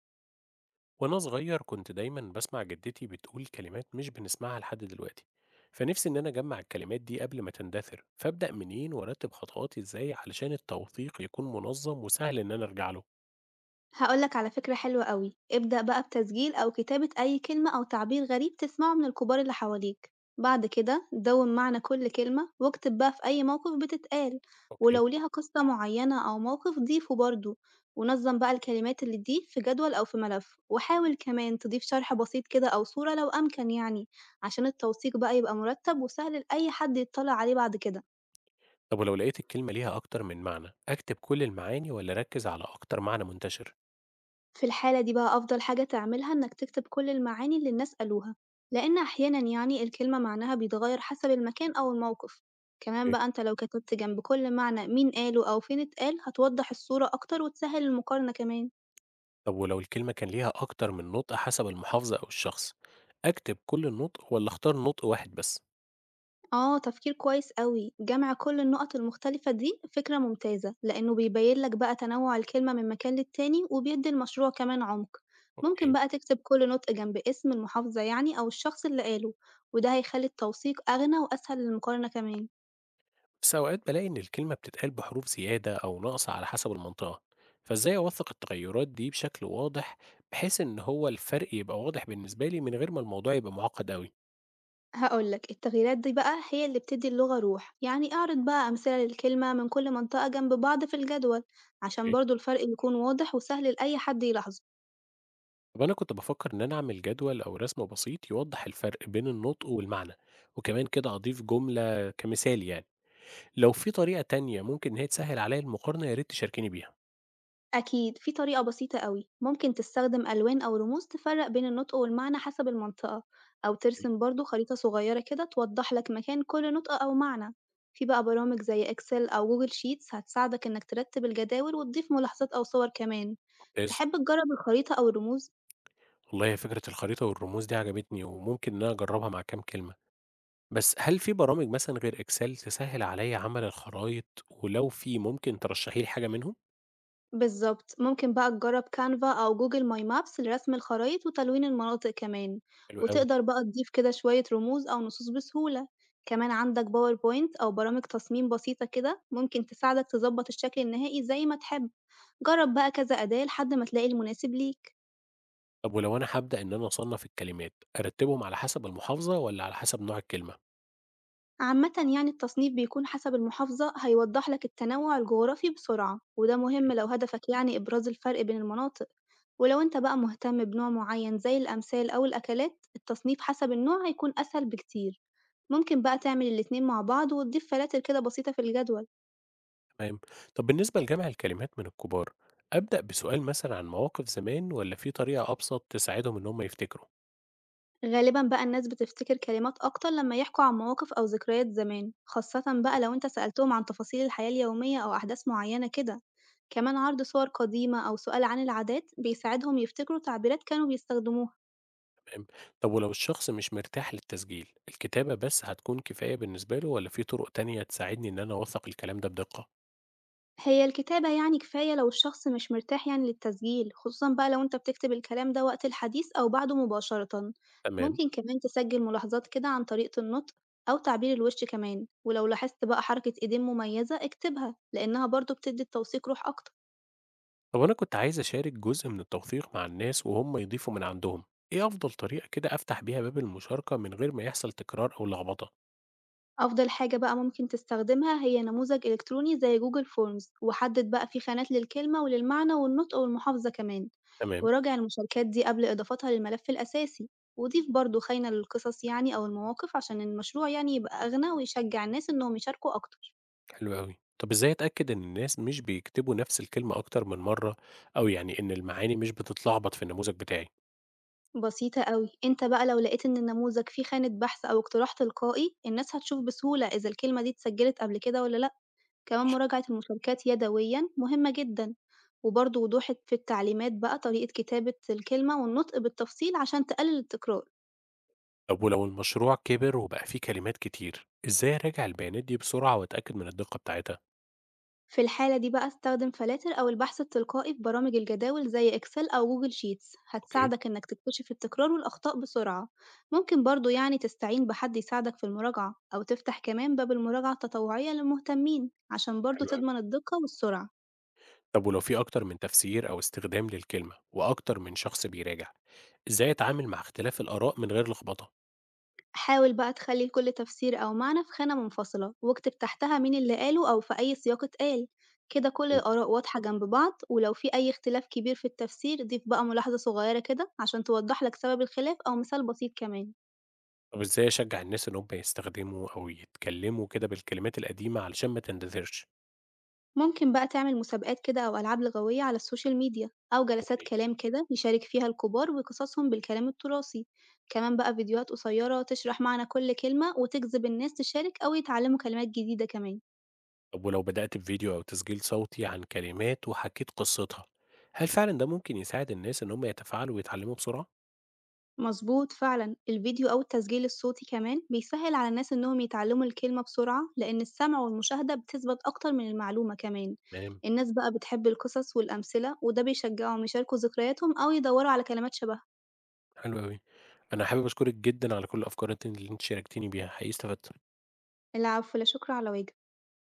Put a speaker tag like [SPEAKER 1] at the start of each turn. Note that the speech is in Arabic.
[SPEAKER 1] وأنا صغير كنت دايما بسمع جدتي بتقول كلمات مش بنسمعها لحد دلوقتي. فنفسي إن أنا أجمع الكلمات دي قبل ما تندثر، فأبدأ منين وأرتب خطواتي إزاي علشان التوثيق يكون منظم وسهل إن أنا أرجع له؟
[SPEAKER 2] هقول لك على فكرة حلوة قوي. ابدأ بقى بتسجيل أو كتابة أي كلمة أو تعبير غريب تسمعه من الكبار اللي حواليك. بعد كده دون معنى كل كلمة واكتب بقى في أي موقف بتتقال،
[SPEAKER 1] أوكي.
[SPEAKER 2] ولو ليها قصة معينة أو موقف ضيفه برضه. ونظم بقى الكلمات اللي دي في جدول أو في ملف، وحاول كمان تضيف شرح بسيط كده أو صورة لو أمكن يعني، عشان التوثيق بقى يبقى مرتب وسهل لأي حد يطلع عليه بعد كده.
[SPEAKER 1] طب ولو لقيت الكلمة ليها أكتر من معنى، أكتب كل المعاني ولا أركز على أكتر معنى منتشر؟
[SPEAKER 2] في الحالة دي بقى أفضل حاجة تعملها إنك تكتب كل المعاني اللي الناس قالوها، لإن أحيانًا يعني الكلمة معناها بيتغير حسب المكان أو الموقف، كمان
[SPEAKER 1] أوكي.
[SPEAKER 2] بقى أنت لو كتبت جنب كل معنى مين قاله أو فين اتقال هتوضح الصورة أكتر وتسهل المقارنة كمان.
[SPEAKER 1] طب ولو الكلمة كان ليها أكتر من نطق حسب المحافظة أو الشخص، أكتب كل النطق ولا أختار نطق واحد بس؟
[SPEAKER 2] آه، تفكير كويس أوي، جمع كل النقط المختلفة دي فكرة ممتازة، لأنه بيبين لك بقى تنوع الكلمة من مكان للتاني وبيدي المشروع كمان عمق. ممكن
[SPEAKER 1] أوكي.
[SPEAKER 2] بقى تكتب كل نطق جنب اسم المحافظة يعني أو الشخص اللي قاله، وده هيخلي التوثيق أغنى وأسهل للمقارنة كمان.
[SPEAKER 1] بس أوقات بلاقي إن الكلمة بتتقال بحروف زيادة أو ناقصة على حسب المنطقة، فإزاي أوثق التغيرات دي بشكل واضح، بحيث إن هو الفرق يبقى واضح بالنسبة لي من غير ما الموضوع يبقى معقد أوي؟
[SPEAKER 2] هقولك التغييرات دي بقى هي اللي بتدي اللغة روح، يعني اعرض بقى أمثلة للكلمة من كل منطقة جنب بعض في الجدول عشان
[SPEAKER 1] إيه؟
[SPEAKER 2] برضه الفرق يكون واضح وسهل لأي حد يلاحظه.
[SPEAKER 1] طب أنا كنت بفكر إن أنا أعمل جدول أو رسم بسيط يوضح الفرق بين النطق والمعنى، وكمان كده أضيف جملة كمثال يعني. لو في طريقة تانية ممكن إن هي تسهل عليا المقارنة، يا ريت تشاركيني بيها.
[SPEAKER 2] أكيد في طريقة بسيطة أوي، ممكن تستخدم ألوان أو رموز تفرق بين النطق والمعنى حسب المنطقة، أو
[SPEAKER 1] إيه؟
[SPEAKER 2] ترسم برضو خريطة صغيرة كده توضح لك مكان كل نطق أو معنى. في بقى برامج زي إكسل أو جوجل شيتس هتساعدك إنك ترتب الجداول وتضيف ملاحظات أو صور كمان.
[SPEAKER 1] ممتاز.
[SPEAKER 2] تحب تجرب الخريطة أو الرموز؟
[SPEAKER 1] والله هي فكرة الخريطة والرموز دي عجبتني، وممكن إن أنا أجربها مع كام كلمة. بس هل في برامج مثلًا غير إكسل تسهّل عليَّ عمل الخرايط، ولو في ممكن ترشحي لي حاجة منهم؟
[SPEAKER 2] بالظبط، ممكن بقى تجرب كانفا أو جوجل ماي مابس لرسم الخرايط وتلوين المناطق كمان.
[SPEAKER 1] حلو أوي.
[SPEAKER 2] وتقدر بقى تضيف كده شوية رموز أو نصوص بسهولة. كمان عندك باوربوينت أو برامج تصميم بسيطة كده ممكن تساعدك تظبط الشكل النهائي زي ما تحب. جرب بقى كذا أداة لحد ما تلاقي المناسب ليك.
[SPEAKER 1] طب ولو أنا هابدأ إن أنا أصنّف الكلمات، أرتّبهم على حسب المحافظة والّا على حسب نوع الكلمة؟
[SPEAKER 2] عامة يعني التصنيف بيكون حسب المحافظة هيوضح لك التنوع الجغرافي بسرعة، وده مهم لو هدفك يعني إبراز الفرق بين المناطق. ولو أنت بقى مهتم بنوع معين زي الأمثال أو الأكلات، التصنيف حسب النوع هيكون أسهل بكتير، ممكن بقى تعمل الاتنين مع بعض وتضيف فلاتر كده بسيطة في الجدول.
[SPEAKER 1] تمام. طب بالنسبة لجمع الكلمات من الكبار، أبدأ بسؤال مثلًا عن مواقف زمان والّا في طريقة أبسط تساعدهم إن هم يفتكروا؟
[SPEAKER 2] غالبًا بقى الناس بتفتكر كلمات أكتر لما يحكوا عن مواقف أو ذكريات زمان، خاصة بقى لو أنت سألتهم عن تفاصيل الحياة اليومية أو أحداث معينة كده، كمان عرض صور قديمة أو سؤال عن العادات بيساعدهم يفتكروا تعبيرات كانوا بيستخدموها.
[SPEAKER 1] تمام. طب ولو الشخص مش مرتاح للتسجيل، الكتابة بس هتكون كفاية بالنسبة له والّا في طرق تانية تساعدني إن أنا أوثّق الكلام ده بدقة؟
[SPEAKER 2] هي الكتابة يعني كفاية لو الشخص مش مرتاح يعني للتسجيل، خصوصًا بقى لو أنت بتكتب الكلام ده وقت الحديث أو بعده مباشرةً.
[SPEAKER 1] تمام.
[SPEAKER 2] ممكن كمان تسجل ملاحظات كده عن طريقة النطق أو تعبير الوش كمان، ولو لاحظت بقى حركة إيدين مميزة اكتبها لأنها برضه بتدي التوثيق روح أكتر.
[SPEAKER 1] طب أنا كنت عايز أشارك جزء من التوثيق مع الناس وهم يضيفوا من عندهم، إيه أفضل طريقة كده أفتح بيها باب المشاركة من غير ما يحصل تكرار أو لخبطة؟
[SPEAKER 2] أفضل حاجة بقى ممكن تستخدمها هي نموذج إلكتروني زي جوجل فورمز، وحدد بقى فيه خانات للكلمة وللمعنى والنطق والمحافظة كمان.
[SPEAKER 1] تمام،
[SPEAKER 2] وراجع المشاركات دي قبل إضافتها للملف الأساسي، وضيف برضه خانة للقصص يعني أو المواقف عشان المشروع يعني يبقى أغنى ويشجع الناس إنهم يشاركوا أكتر.
[SPEAKER 1] حلو أوي. طب إزاي أتأكد إن الناس مش بيكتبوا نفس الكلمة أكتر من مرة، أو يعني إن المعاني مش بتتلخبط في النموذج بتاعي؟
[SPEAKER 2] بسيطة قوي، انت بقى لو لقيت ان النموذج فيه خانة بحث او اقتراح تلقائي، الناس هتشوف بسهولة اذا الكلمة دي اتسجلت قبل كده ولا لأ. كمان مراجعة المشاركات يدويًا مهمة جدًا، وبرضه وضوح في التعليمات بقى طريقة كتابة الكلمة والنطق بالتفصيل عشان تقلل التكرار.
[SPEAKER 1] طب ولو المشروع كبر وبقى فيه كلمات كتير، إزاي أراجع البيانات دي بسرعة وأتأكد من الدقة بتاعتها؟
[SPEAKER 2] في الحالة دي بقى استخدم فلاتر أو البحث التلقائي في برامج الجداول زي إكسل أو جوجل شيتس،
[SPEAKER 1] أوكي،
[SPEAKER 2] هتساعدك إنك تكتشف التكرار والأخطاء بسرعة. ممكن برضه يعني تستعين بحد يساعدك في المراجعة أو تفتح كمان باب المراجعة التطوعية للمهتمين عشان برضه
[SPEAKER 1] حلو أوي.
[SPEAKER 2] تضمن الدقة والسرعة.
[SPEAKER 1] طب ولو في أكتر من تفسير أو استخدام للكلمة وأكتر من شخص بيراجع، إزاي أتعامل مع اختلاف الآراء من غير لخبطة؟
[SPEAKER 2] حاول بقى تخلي كل تفسير أو معنى في خانة منفصلة، واكتب تحتها مين اللي قاله أو في أي سياق اتقال، كده كل الآراء واضحة جنب بعض. ولو في أي اختلاف كبير في التفسير ضيف بقى ملاحظة صغيرة كده عشان توضح لك سبب الخلاف أو مثال بسيط كمان.
[SPEAKER 1] طب إزاي أشجّع الناس إن هم يستخدموا أو يتكلّموا كده بالكلمات القديمة علشان ما تندثرش؟
[SPEAKER 2] ممكن بقى تعمل مسابقات كده أو ألعاب لغوية على السوشيال ميديا، أو جلسات
[SPEAKER 1] أوكي.
[SPEAKER 2] كلام كده يشارك فيها الكبار وقصصهم بالكلام التراثي. كمان بقى فيديوهات قصيرة تشرح معنى كل كلمة وتجذب الناس تشارك أو يتعلموا كلمات جديدة كمان.
[SPEAKER 1] طب ولو بدأت بفيديو أو تسجيل صوتي عن كلمات وحكيت قصّتها، هل فعلًا ده ممكن يساعد الناس إن هم يتفاعلوا ويتعلّموا بسرعة؟
[SPEAKER 2] مظبوط فعلا، الفيديو أو التسجيل الصوتي كمان بيسهل على الناس إنهم يتعلموا الكلمة بسرعة، لأن السمع والمشاهدة بتثبت أكتر من المعلومة كمان.
[SPEAKER 1] تمام،
[SPEAKER 2] الناس بقى بتحب القصص والأمثلة، وده بيشجعهم يشاركوا ذكرياتهم أو يدوروا على كلمات شبهها.
[SPEAKER 1] حلو أوي. أنا حابب أشكرِك جدًا على كل الأفكار اللي أنتِ شاركتيني بيها، حقيقي استفدت.
[SPEAKER 2] العفو، لا شكر على واجب.